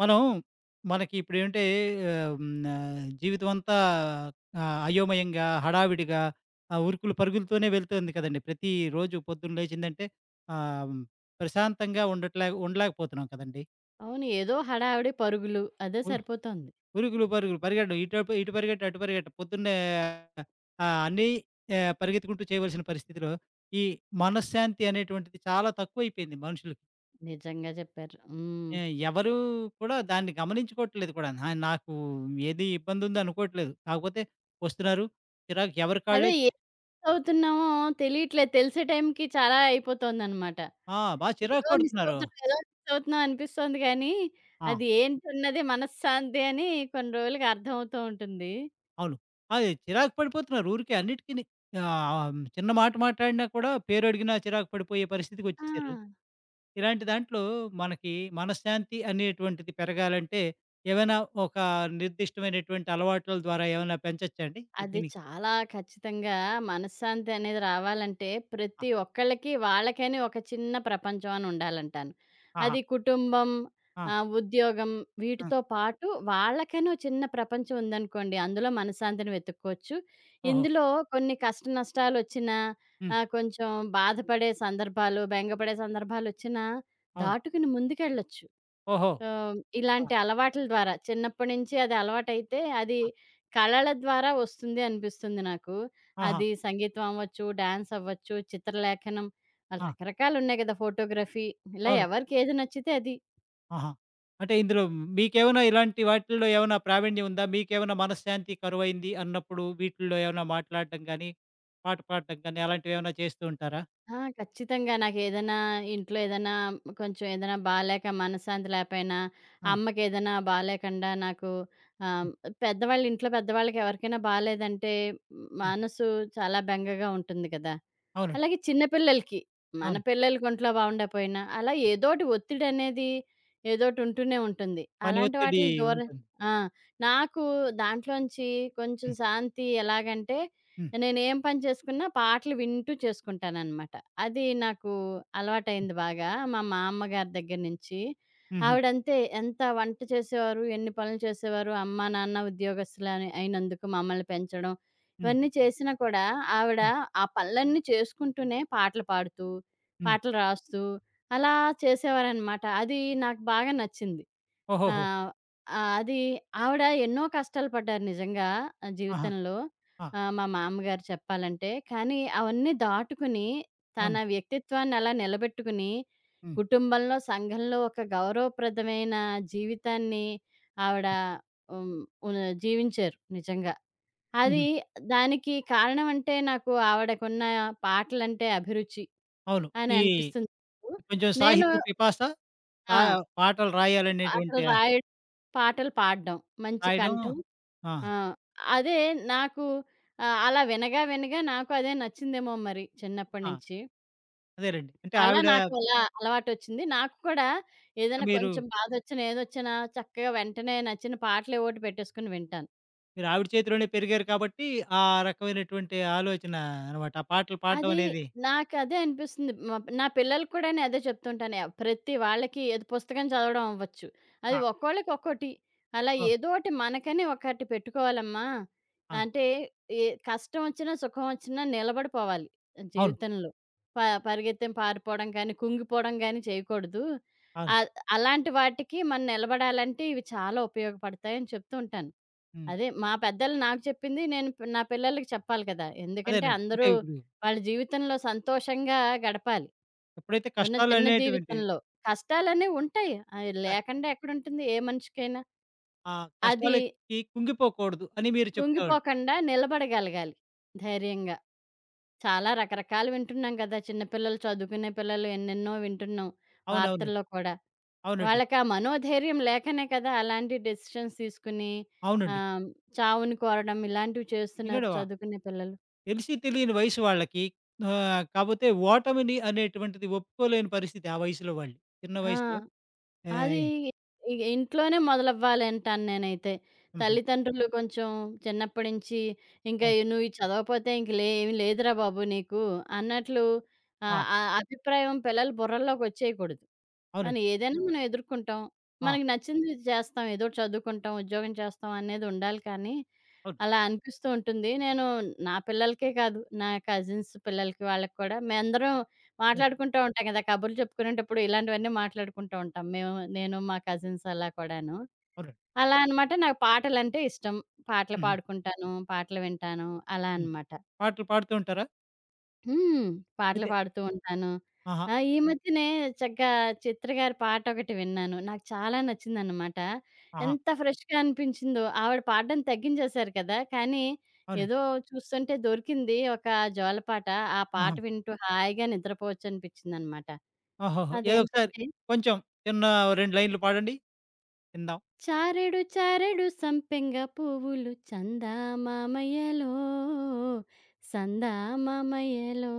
మనం మనకి ఇప్పుడేంటే జీవితం అంతా అయోమయంగా, హడావిడిగా, ఆ ఉరుకులు పరుగులతోనే వెళ్తుంది కదండీ! ప్రతిరోజు పొద్దున్న లేచిందంటే ఆహ్, ప్రశాంతంగా ఉండలేకపోతున్నాం కదండీ! అవును. ఏదో హడావిడి పరుగులు. అదే ఉ సరిపోతోంది. ఉరుకులు పరుగులు పరిగెట్టడం ఇటు పరిగెట్టు, అటు పరిగెట్టు పొద్దున్నే అన్నీ పరిగెత్తుకుంటూ చేయవలసిన పరిస్థితిలో, ఈ మనశ్శాంతి అనేటువంటిది చాలా తక్కువైపోయింది మనుషులకి. నిజంగా చెప్పారు. హ్మ్. ఏ ఎవరు కూడా దాన్ని గమనించుకోవట్లేదు కూడా. ఆ! నాకు ఏది ఇబ్బందుంది అనుకోవట్లేదు. కాకపోతే వస్తున్నారు. చిరాకు ఎవరి అదే కాళ్ళే ఏ అవుతున్నామో తెలియట్లేదు. తెలిసే టైంకి చాలా అయిపోతోందనమాట. ఆ! బా చిరాకు ఏదో మిస్ పడుతున్నారు. అవుతున్నాం, ఏదో మిస్ అవుతున్నాం అనిపిస్తోంది కానీ, ఆ! అది ఏంటున్నది మనశ్శాంతి అని కొన్ని రోజులకి అర్థమవుతూ ఉంటుంది. అవును. అదే చిరాకు పడిపోతున్నారు ఊరికే అన్నిటికిని. చిన్న మాట మాట్లాడినా కూడా పేరడిగినా చిరాకు పడిపోయే ఆ! పరిస్థితికొచ్చేసారు. ఇలాంటి దాంట్లో మనకి మనశ్శాంతి అనేటువంటిది పెరగాలంటే ఏమైనా ఒక నిర్దిష్టమైనటువంటి అలవాట్ల ద్వారా ఏమైనా పెంచొచ్చా అండి? అది దీనికి చాలా ఖచ్చితంగా మనశ్శాంతి అనేది రావాలంటే ఆ! ప్రతి ఒక్కళ్ళకి వాళ్ళకని ఒక చిన్న ప్రపంచం అని ఉండాలంటాను. ఆహా! అది కుటుంబం, ఆ! ఉద్యోగం ఆ! వీటితో పాటు వాళ్ళకని ఓ చిన్న ప్రపంచం ఉందనుకోండి. అందులో మనశ్శాంతిని వెతుక్కోవచ్చు. ఓహో! ఇందులో కొన్ని కష్ట నష్టాలొచ్చినా హ్మ్. కొంచెం బాధపడే సందర్భాలు, బెంగపడే సందర్భాలొచ్చినా అవును. దాటుకుని ముందుకెళ్ళొచ్చు. ఓహో! ఆ! ఇలాంటి అలవాట్ల ద్వారా చిన్నప్పటి నుంచి అది అలవాటైతే అది ఆ! కళల ద్వారా వస్తుంది అనిపిస్తుంది నాకు. ఆహా! అది సంగీతం అవ్వచ్చు, డాన్స్ అవ్వచ్చు, చిత్రలేఖనం ఆ! రకరకాలున్నాయి కదా! ఫోటోగ్రఫీ ఇలా అవును. ఎవరికి ఏది నచ్చితే అది. ఆహా! అంటే ఇందులో మీకేమైనా ఇలాంటి వాటిల్లో ఏమైనా ప్రావీణ్యం ఉందా? మీకేమైనా మనశ్శాంతి కరువైంది అన్నప్పుడు వీటిల్లో ఏమైనా మాట్లాడడం గాని, పాట పాడడం గాని అలాంటివి ఏమైనా చేస్తూ ఉంటారా? ఆ! ఖచ్చితంగా. నాకేదైనా ఇంట్లో ఏదైనా కొంచెం ఏదైనా బాలేక మనశ్శాంతి లేపోయినా, ఆ! అమ్మకేదైనా బాలేకుండా నాకు ఆహ్, హ్మ్. పెద్దవాళ్ళు ఇంట్లో పెద్దవాళ్ళకి ఎవరికైనా బాలేదంటే హ్మ్. మనసు చాలా బెంగగా ఉంటుంది కదా! అవునండి. అలాగే చిన్న పిల్లలకి, మన అవును. పిల్లలకి ఒంట్లో బాగుండకపోయినా, అలా ఏదోటి ఒత్తిడనేది ఏదోటి ఉంటూనే ఉంటుంది. పని అలాంటి ఒత్తిడి వాటిలిని దూరం ఉంటుంది. ఆ! నాకు దాంట్లోంచి కొంచెం హ్మ్. శాంతి ఎలాగంటే, హ్మ్. నేనేం పని చేసుకున్నా పాటలు వింటూ చేసుకుంటాననమాట. అది నాకు హ్మ్. అలవాటయింది బాగా. మా మామ్మ గారి దగ్గర నుంచి. హుహు. ఆవిడంతే ఎంత వంట చేసేవారు, ఎన్ని పనులు చేసేవారు, అమ్మ, నాన్న ఉద్యోగస్తులని అయినందుకు మమ్మల్ని పెంచడం, హ్మ్. ఇవన్నీ చేసినా కూడా ఆవిడ హ్మ్. ఆ పనులన్నీ చేసుకుంటూనే పాటలు పాడుతూ, హ్మ్. పాటలు రాస్తూ అలా చేసేవారనమాట. అది నాకు బాగా నచ్చింది. ఓహోహో! ఆహ్, ఆహ్, అది ఆవిడ ఎన్నో కష్టాలు పడ్డారు నిజంగా ఆ ఆహా! జీవితంలో. ఆ! మా మామగారు చెప్పాలంటే. కానీ అవన్నీ దాటుకుని తన అవును. వ్యక్తిత్వాన్ని అలా నిలబెట్టుకుని, హ్మ్. కుటుంబంలో, సంఘంలో ఒక గౌరవప్రదమైన జీవితాన్ని ఆవిడ హ్మ్. ఉ జీవించారు నిజంగా. హుహు. అది దానికి కారణం అంటే నాకు ఆవిడకున్న పాటలంటే అభిరుచి అవును. అని ఈ అనిపిస్తుంది. నాకు. కొంచెం నేను సాహితీ పిపాస పా ఆ! పాటలు పాటలు రాయాలనేటువంటి రాయడం, పాటలు పాడడం మంచి రాయడం కంఠం. ఆ! ఆ! అదే నాకు అలా వినగా నాకు అదే నచ్చిందేమో మరి చిన్నప్పటి ఆ! నుంచి. అదేలెండి. అంటే అలా ఆవిడ నాకు అలా అలవాటొచ్చింది. నాకు కూడా ఏదైనా మీరు కొంచెం బాధొచ్చినా, ఏదొచ్చినా చక్కగా వెంటనే నచ్చిన పాటలేవోటి పెట్టేసుకొని వింటాను. మీరు ఆవిడ చేతిలోనే పెరిగారు కాబట్టి, ఆ రకమైనటువంటి ఆలోచన అన్నమాట. ఆ పాటలు పాడడం అది అనేది. నాకదే అనిపిస్తుంది. నా పిల్లలకి కూడా నేను అదే చెప్తుంటాను. ప్రతి వాళ్ళకి ఏది పుస్తకం చదవడం అవ్వచ్చు. అది ఆ! ఒక్కోళ్ళకి ఒక్కోటి. అలా ఓహ్! ఏదోటి మనకని ఒకటి పెట్టుకోవాలమ్మా. ఆ! అంటే ఏ కష్టం వచ్చినా, సుఖం వచ్చినా నిలబడిపోవాలి అవును. జీవితంలో. ప పరిగెత్తం పారిపోవడం గానీ, కుంగిపోవడం గానీ చేయకూడదు. అవును. ఆహ్, అలాంటి వాటికి మనం నిలబడాలంటే ఇవి చాలా ఉపయోగపడతాయని చెప్తూ ఉంటాను. హ్మ్. అదే మా పెద్దలు నాకు చెప్పింది నేను నా పిల్లలకి చెప్పాలి కదా! ఎందుకంటే అదేనండి. అంటే అందరూ ఇప్పుడు వాళ్ళ జీవితంలో సంతోషంగా గడపాలి. ఎప్పుడైతే ఉన్న చిన్న కష్టాలనేటువంటివి జీవితంలో. కష్టాలనేవి ఉంటాయి. అయి ఉంటాయి. లేకుండా ఎక్కడుంటుంది ఏ మనిషికైనా. ఆ అది కష్టాలకి కుంగిపోకూడదు అని మీరు చెప్తావండి. కుంగిపోకుండా నిలబడగలగాలి ధైర్యంగా. చాలా రకరకాలు వింటున్నాం కదా! చిన్న పిల్లలు, చదువుకునే పిల్లలు ఎన్నెన్నో వింటున్నాం అవునవునండి. వార్తల్లో కూడా. అవునండి. వాళ్ళకా మనోధైర్యం లేకనే కదా! అలాంటి డెసిషన్స్ తీసుకుని అవునండి. ఆహ్, చావుని కోరడం ఇలాంటివి చేస్తున్నారు ఎందుకంటే చదువుకునే పిల్లలు. తెలిసి తెలియని వయసు వాళ్ళకి కాపోతే ఓటమిని అనేటువంటిది ఒప్పుకోలేని పరిస్థితి ఆ వయసులో వాళ్ళు. చిన్న ఆ! వయసులో. అది ఆహ్, ఇంట్లోనే మొదలవ్వాలంటాను నేనైతే. హుహు. తల్లిదండ్రులు కొంచెం చిన్నప్పటి నుంచి ఇంకా అవును. ఇ "నువ్వు ఇది చదవకపోతే ఇంక ఏమి లేదురా బాబు నీకు" అన్నట్లు ఆ! ఆ అభిప్రాయం పిల్లల బుర్రల్లోకొచ్చేయకూడదు. అవునండి. మనం ఎదుర్కొంటాం. ఆ! మనకి నచ్చింది చేస్తాం. ఏదో ఒకటి చదువుకుంటాం, ఉద్యోగం చేస్తాం అనేది ఉండాలి కానీ, అవును. అలా అనిపిస్తూ ఉంటుంది. నేను నా పిల్లలకే కాదు, నా కజిన్స్ పిల్లలకి వాళ్ళకి కూడా మేమందరం అవును. మాట్లాడుకుంటూ ఉంటాం గదా! కబుర్లు చెప్పుకునేటప్పుడు ఇలాంటివన్నీ మాట్లాడుకుంటూ ఉంటాం. నేను మా కజిన్స్ అలా కూడాను. అవునండి. అలా అనమాట నాకు పాటలంటే ఇష్టం. పాటలు హుహు. పాడుకుంటాను. పాటలు వింటాను. అలా హ్మ్. అనమాట. పాటలు పాడుతూ ఉంటారా? హ్మ్. పాటలు అయితే పాడుతూ ఉంటాను. ఆహా! ఆ! ఈ మధ్యనే చక్కగా చిత్ర గారి పాటొకటి విన్నాను. నాకు చాలా నచ్చిందనమాట. ఆహా! ఎంత ఫ్రెష్‌గా అనిపించిందో. ఆవిడ పాడడం తగ్గించేశారు కదా! కానీ అవునండి. ఏదో చూస్తుంటే దొరికింది ఒక జోలపాట. ఆ పాట ఆహా! వింటూ హాయిగా నిద్రపోవచ్చనిపించిందనమాట. ఓహోహో! ఏదో ఒకసారి అదేంటంటే కొంచెం చిన్న ఓ 2 లైన్‌లు పాడండి విందాం. చారెడు చారెడు సంపెంగ పువ్వులు చందామామయ్యలో సందామామయ్యలో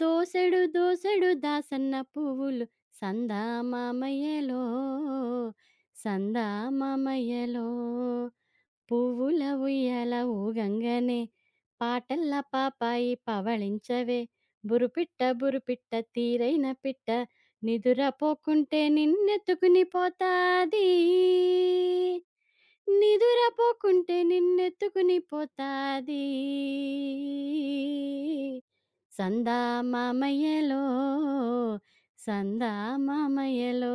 దోసెడు దోసెడు దాసన్న పువ్వులు సందామామయ్యలో సందామామయ్యలో పువ్వుల ఉయ్యాల ఊగంగానే పాటల్లా పాపాయి పవళించవే బురుపిట్ట బురుపిట్ట తీరైన పిట్ట నిదురపోకుంటే నిన్నెత్తుకుని పోతాది నిదురపోకుంటే నిన్నెత్తుకుని పోతాది. సందా మామయ్యలో, సందా మామయ్యలో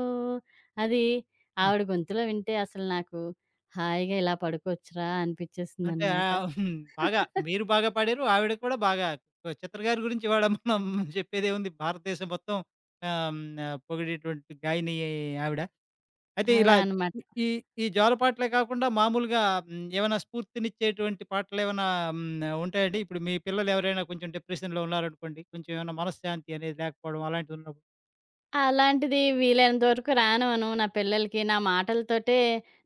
అది హ్మ్. ఆవిడ గొంతులో వింటే అసలు నాకు హాయిగా ఇలా పడుకోవచ్చురా అంటే అనిపిచ్చేసిందనమాట. ఆహ్, హ్మ్. బాగా బాగా పాడారు. ఆవిడ కూడా బాగా చిత్ర గారి గురించి ఇవాళ మనం చెప్పేదేముంది భారతదేశం మొత్తం ఆహ్, హ్మ్. పొగిడేటువంటి గాయని ఆవిడ. అయితే అలా ఇలా అనమాట. ఈ ఈ జోలపాటలే కాకుండా మామూలుగా హ్మ్. ఏమైనా స్ఫూర్తినిచ్చేటువంటి పాటలేమైనా హ్మ్. ఉంటాయండి? ఇప్పుడు మీ పిల్లలు ఎవరైనా కొంచెం డిప్రెషన్‌లో ఉన్నారనుకోండి, కొంచెం ఏమైనా మనశ్శాంతి అనేది లేకపోవడం అలాంటిదున్నప్పుడు అలాంటిది వీలైనంత వరకు రానివ్వను నా పిల్లలకి. నా మాటలతోటే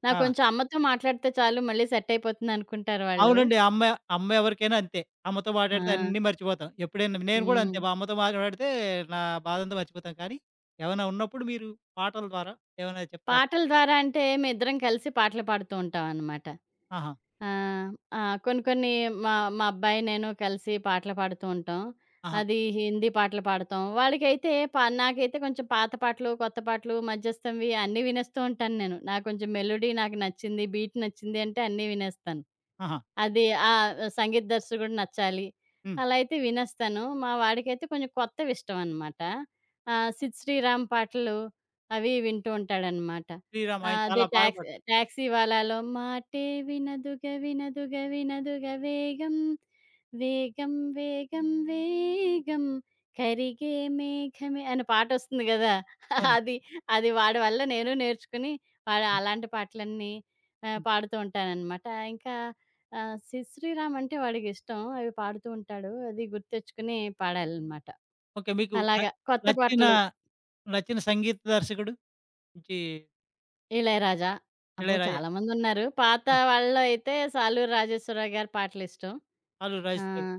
నాకు ఆ! కొంచెం అమ్మతో మాట్లాడితే చాలు మళ్ళీ సెట్ అయిపోతుందనుకుంటారు వాళ్ళు. అవునండి. అమ్మ, అమ్మ ఎవరికైనా అంతే. అమ్మతో ఆ! మాట్లాడితే అన్నీ మర్చిపోతాం. ఎప్పుడైనా నేను కూడా హ్మ్. అంతే. మా అమ్మతో మాట్లాడితే నా బాధంతా మర్చిపోతాను. కానీ ఏమైనా ఉన్నప్పుడు మీరు పాటల ద్వారా ఏమైనా చెప్తారు. పాటల ద్వారా అంటే, మేమిద్దరం కలిసి పాటలు పాడుతూ ఉంటామనమాట. ఆహా! ఆహ్, ఆహ్, కొన్ని కొన్ని మా మా అబ్బాయి, నేను కలిసి పాటలు పాడుతూ ఉంటాం. ఆహా! అది హిందీ పాటలు పాడతాం. వాడికైతే నాకైతే కొంచెం పాత పాటలు, కొత్త పాటలు, మధ్యస్థంవి అన్నీ వినేస్తూ ఉంటాను నేను. నాకు కొంచెం మెలోడీ నాకు నచ్చింది, బీట్ నచ్చింది అంటే అన్నీ వినేస్తాను. ఆహా! అది ఆహ్, సంగీత దర్శకుడు నచ్చాలి. హ్మ్. అలా అయితే వినేస్తాను. మా వాడికైతే కొంచెం కొత్తవిష్టమనమాట. 'సిద్ శ్రీరామ్' పాటలు అవి వింటూ ఉంటాడనమాట. 'శ్రీరామ' ఆ! ఆయన అదే చాలా బాగా టాక్సీ పాడు టాక్సీ వాలాలో మాటే వినదుగ వినదుగ వినదుగ వేగం, వేగం వేగం వేగం కరిగే మేఘమే అనే పాటొస్తుంది గదా! అవును. అది, అది వాడి వల్ల నేను నేర్చుకుని వాడు హ్మ్. అలాంటి పాటలన్నీ హ్మ్. పాడుతూ ఉంటాననమాట. ఇంకా 'సి శ్రీరామ్' అంటే వాడికిష్టం. అవి పాడుతూ ఉంటాడు. అది గుర్తెచ్చుకుని పాడాలనమాట. ఓకే. మీకు న అలాగా కొత్త నచ్చిన, పాటలు. నచ్చిన సంగీత దర్శకుడు నుంచి 'ఇళయరాజా'. అబ్బో! 'ఇళయరాజా' చాలా మందున్నారు. పాత ఆ! వాళ్ళలో అయితే 'సాలూరు రాజేశ్వరరావు' గారి పాటలిష్టం. 'అల్లు ఆ! రాజశేఖర్'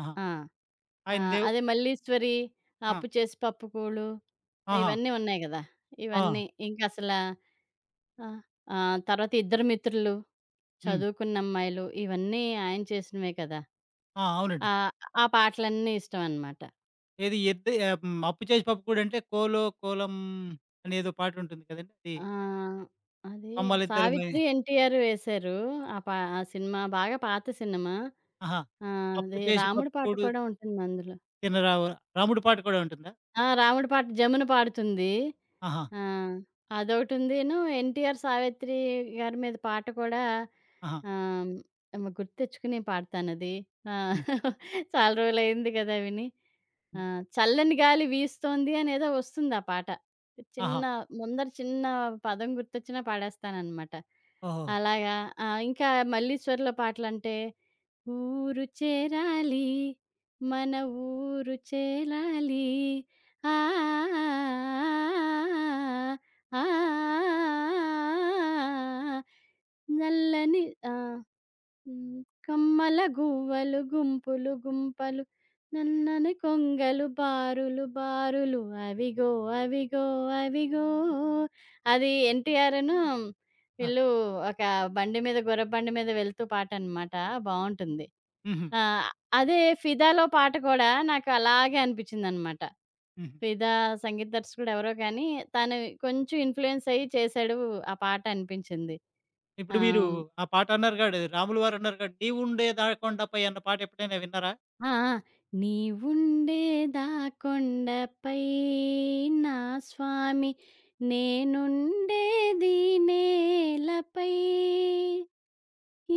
ఆహా! ఆ! ఆ! ఆయన దేవ్ అదే 'మల్లీశ్వరి', ఆ! 'అప్పు చేసి పప్పు కూడు' ఆహా! ఇవన్నీ ఉన్నాయి గదా! ఆ! ఇవన్నీ ఇంకసలా ఆహ్, ఆ! ఆ, తర్వాత 'ఇద్దరు మిత్రులు', హ్మ్. 'చదువుకున్న అమ్మాయిలు' ఇవన్నీ ఆయన చేసినవే కదా! ఆ! అవునండి. ఆ! ఆ పాటలన్నీ ఇష్టమనమాట. ఏది ఎద్దు ఆహ్, హ్మ్. 'అప్పు చేసి పప్పుకూడంటే' 'కోలో కోలం' అనేదో పాటుంటుంది కదండీ! అది ఆ! అదే కొమ్మలిద్దరమై 'సావిత్రి' ఎన్టీఆర్ వేశారు. ఆ సినిమా బాగా పాత సినిమా. ఆహా! ఆ! 'అప్పు అదే చేసి రాముడి పాట పప్పుకూడు కూడా ఉంటుంది అందులో. తినరావొ' రాముడి పాట కూడా ఉంటుందా? ఆ! రాముడి పాట జమున పాడుతుంది. ఆహా! ఆ! అదొకటుందిను 'ఎన్టీఆర్' 'సావిత్రి' గారి మీద పాట కూడా ఆహా! ఆహ్, గుర్తు తెచ్చుకుని పాడతానది. ఆ! హ్మ్. చాలా రోజులయింది కదా! విని. ఆ! హ్మ్. 'చల్లని గాలి వీస్తోంది' అనేదో వస్తుంది ఆ పాట. ఆహా! చిన్న చిన్న పదం గుర్తొచ్చినా పాడేస్తాననమాట. ఓహోహో! అలాగా. ఆ! ఇంకా మల్లీశ్వర్‌లో పాటలంటే, ఊరు చేరాలి, మన ఊరు చేలాలి, ఆ! ఆ! ఆ! నల్లని ఆ! హ్మ్. కమ్మల గువ్వలు గుంపులు గుంపలు నన్నని కొంగలు బారులు బారులు అవిగో అవిగో అవిగో అది ఎన్టీఆర్‌ను ఆ! వీళ్ళు ఒక బండి మీద గుర్రపు బండి మీద వెళ్తూ పాటనమాట. బావుంటుంది. హుహు. ఆ! అదే 'ఫిదాలో' పాట కూడా నాకు అలాగే అనిపించిందనమాట. హుహు. 'ఫిదా' సంగీత దర్శకుడు ఎవరో కానీ, తను కొంచెం ఇన్‌ఫ్లూయెన్స్ అయ్యి చేశాడు ఆ పాట అనిపించింది. ఇప్పుడు మీరు ఆహ్ ఆ పాట అన్నారు గాడు రాములు వారు అన్నారు గాడు 'నీవుండే దాకొండపై' అన్న పాట ఎప్పుడైనా విన్నారా? ఆ! ఆ! నీవుండేదా కొండపై నా స్వామి నేనుండేది నేలపై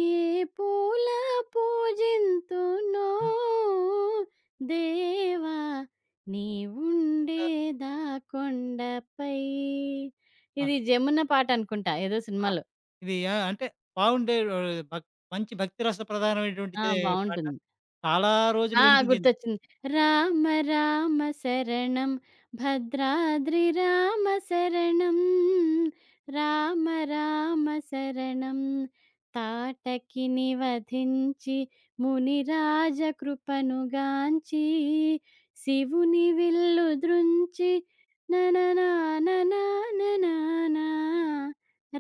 ఏ పూల పూజింతునో దేవా ఆహ్, నీవుండేదా కొండపై. ఇది అవును. 'జమున' పాటనుకుంటా ఏదో ఆ! సినిమాలో. ఇది ఆ! అంటే బావుండే ఆహ్, భక్ మంచి భక్తి రస ప్రధానమైనటువంటి ఆ! చే పాట. బావుంటుంది. చాలా రోజులు ఆ! వినిపించింది. గుర్తొచ్చింది. రామ రామ శరణం భద్రాద్రి రామ శరణం. రామ రామ శరణం. తాటకిని వధించి మునిరాజ కృపనుగాంచి శివుని విల్లు దృంచి నననాననాననానా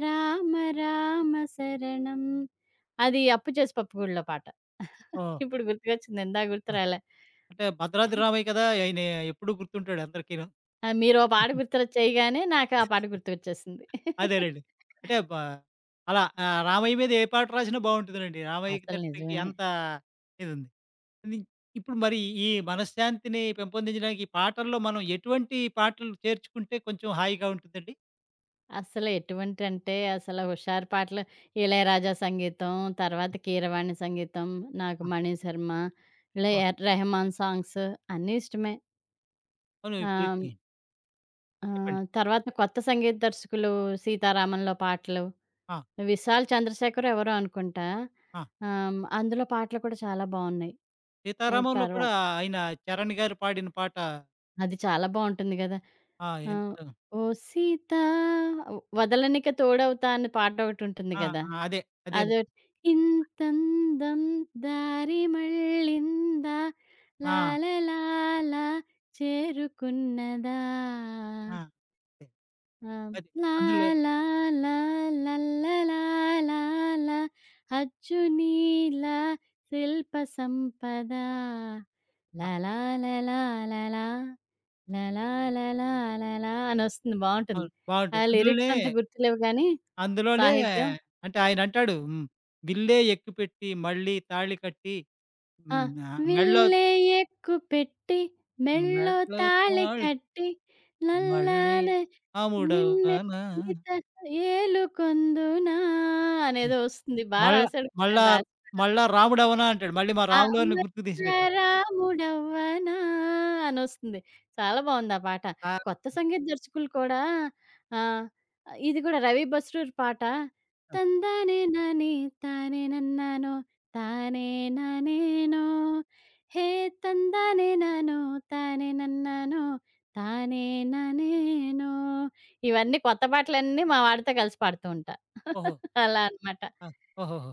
రామ రామ శరణం. అది అప్పు చేసి పప్పు గూడలో పాట. ఓహ్! ఇప్పుడు గుర్తుకొచ్చింది. ఇందాక గుర్తు రాలే. అంటే 'భద్రాద్రి రామయ్య' కదా! ఆయన ఎప్పుడూ గుర్తుంటాడు అందరికీను. ఆ! మీరో పాట గుర్తు చేయగానే నాకు ఆ పాట గుర్తుకొచ్చేసింది. అదేలెండి. అంటే అలా రామయ్య మీద ఏ పాట రాసినా బావుంటుందిలెండి. రామయ్యకి అసలు తండ్రికి నిజమే. అంత ఇదుంది. కానీ ఇప్పుడు మరి ఈ మనశ్శాంతిని పెంపొందించడానికి ఈ పాటల్లో మనం ఎటువంటి పాటలు చేర్చుకుంటే కొంచెం హాయిగా ఉంటుందండి? అసలు ఎటువంటంటే అసలు హుషారు పాటలు 'ఇళయరాజా' సంగీతం, తర్వాత 'కీరవాణి సంగీతం', నాకు ఆ! 'మణి శర్మ' ఇలా ఆ! 'ఎర్ రెహమాన్' సాంగ్స్ అన్నీ ఇష్టమే. అవును. ఇప్పుడు ఆహ్ ఈ ఆ! చెప్పండి. తర్వాత కొత్త సంగీత దర్శకులు 'సీతారామంలో' పాటలు, ఆ! విశాల్ చంద్రశేఖర్ ఎవరో అనుకుంటా. ఆ! ఆహ్, అందులో పాటలు కూడా చాలా బావున్నాయి. ఈ 'సీతారామంలో' తర్వా కూడా ఆయన చరణ్ గారు పాడిన పాట అది చాలా బావుంటుంది గదా! ఆ! ఆహ్, ఎంతో ఓ సీత వ్ వదలనిక తోడవుతా అనే పాటొకటుంటుంది ఆ! గదా! ఆ! అదే. అదేలే. అదోటి ఇంతందం దారి మళ్ళిందా ఆ! లాలలాల చేరుకున్నదా ఆ! అదే. ఆహ్, అదే. అందులో లాలాల లల్లలాలాల అచ్చు నీల శిల్ప సంపద లాలాలలాలలా లాలా లాలా లాలా అనొస్తుంది బావుంటుంది. అవును. ఆ బావుంటది. లిరిక్స్ అందులోనే, అంత గుర్తులేవు గానీ, అందులోనే సాహిత్యం అంటే ఆయనంటాడు హ్మ్. "విల్లే ఎక్కుపెట్టి మళ్ళీ తాళి కట్టి ఆ! హ్మ్. మెడలో విల్లె ఎక్కుపెట్టి మెల్లో మెడలో తాళి తాళి కట్టి మళ్ళీ లల్లాలె నిన్నె రాముడవనా సీత ఏలుకొందునా హ్మ్. అనేదో వస్తుంది. బా మళ్ళా రాశాడు కదండీ మళ్ళా రాజు గారు. మళ్ళా రాముడవనా" అంటాడు. మళ్ళీ మా ఆ! రాములవారిని గుర్తుకు తీసుకొచ్చాడు. రాముడవ్వనా అనొస్తుంది. చాలా బావుంది ఆ పాట. ఆ! కొత్త సంగీత దర్శకులు కూడా ఆహ్, ఇది కూడా 'రవి బస్రూర్' పాట తందానే నాని తానే నన్నానో తానే నా నేనో హే తందానే నానో తానే నన్నానో తానే నా నేనో ఇవన్నీ కొత్త పాటలన్నీ మా వాడితో కలిసి పాడుతూ ఉంటా. ఓహో! అలా అన్నమాట. ఆ! ఓహోహో!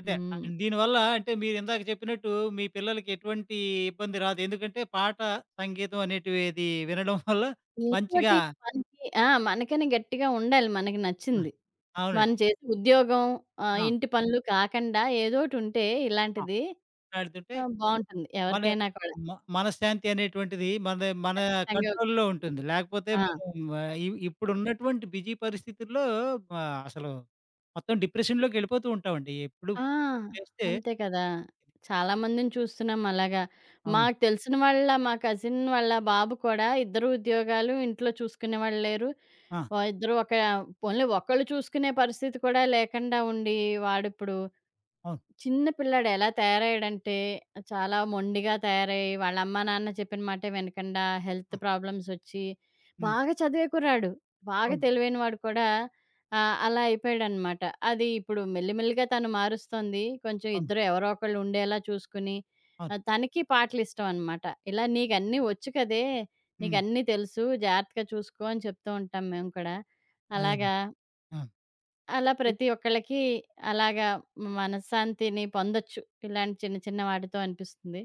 అదే. హ్మ్. దీనివల్ల అంటే మీరిందాక చెప్పినట్టు మీ పిల్లలకి ఎటువంటి ఇబ్బంది రాదు. ఎందుకంటే పాట, సంగీతం అనేటివేది వినడం వల్ల మంచిగా ఏదోటి మనకి ఆ! మనకని గట్టిగా ఉండాలి మనకి ఆ! నచ్చింది. అవునండి. మనం చేసే ఉద్యోగం ఆ! ఇంటి పనులు కాకుండా ఏదోటుంటే ఆ! ఇలాంటిది ఆడుతుంటే బావుంటుంది. మన ఎవరికైనా కూడా మనశ్శాంతి అనేటువంటిది మన మన ఖచ్చితంగా కంట్రోల్‌లో వచ్చేస్తుంది. ఉంటుంది. లేకపోతే ఆ! మనం ఇప్పుడున్నటువంటి బిజీ పరిస్థితుల్లో అసలు మొత్తం డిప్రెషన్‌లోకెళ్ళిపోతూ ఉంటామండి. ఎప్పుడు ఆ! చేస్తే అంతే కదా! చాలా మందిని చూస్తున్నాం అలాగా. అవును. మాకు తెలిసిన వాళ్ళ మా కజిన్ వాళ్ళ బాబు కూడా ఇద్దరు ఉద్యోగాలు ఇంట్లో చూసుకునేవాళ్ళు లేరు. ఆ! ఇద్దరు ఒక పోన్లే ఒకళ్ళు చూసుకునే పరిస్థితి కూడా లేకుండా ఉండి వాడిప్పుడు అవును. చిన్న పిల్లాడు ఎలా తయారయ్యాడంటే, చాలా మొండిగా తయారయ్యి, వాళ్ళ అమ్మా, నాన్న చెప్పిన మాటే వినకుండా హెల్త్ ఆ! ప్రాబ్లమ్సొచ్చి, హ్మ్. బాగా చదివే కుర్రాడు. బాగా అవును. తెలివైన వాడు కూడా అలా అయిపోయాడనమాట. అది ఇప్పుడు మెల్లిమెల్లిగా తను మారుస్తోంది. కొంచెం అవును. ఇద్దరు ఎవరో ఒకళ్ళు ఉండేలా చూసుకుని, అవును. తనకి పాటలిష్టం అనమాట. ఇలా "నీకన్నీ వచ్చు కదే! హ్మ్. నీకన్నీ తెలుసు. జాగ్రత్తగా చూసుకో" అని చెప్తూ ఉంటాం మేము కూడా. అదేనండి. అలాగా ఆ! అలా మిత్ ప్రతి ఒక్కళ్ళకి అలాగా మనశ్శాంతిని పొందొచ్చు. ఇలాంటి చిన్న చిన్న వాటితో అనిపిస్తుంది.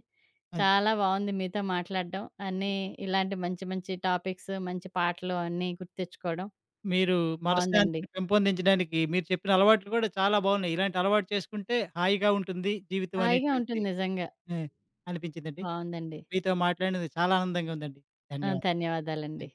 అది చాలా బావుంది మీతో మాట్లాడడం. అన్నీ ఇలాంటి మంచి మంచి టాపిక్స్, మంచి పాటలు అన్నీ గుర్తు తెచ్చుకోవడం మీరు బావుందండి. మనశ్శాంతిని పెంపొందించడానికి మీరు చెప్పిన అలవాట్లు కూడా చాలా బావున్నాయి. ఇలాంటి అలవాటు చేసుకుంటే హాయిగా ఉంటుంది జీవితం హాయిగా ఉంటుంది అనేటువంటిది. నిజంగా. ఆ! అనిపించిందండి. బావుందండి. మీతో మాట్లాడినందుకు చాలా ఆనందంగా ఉందండి. ఆ! ధన్యవాదాలు. ధన్యవాదాలండి.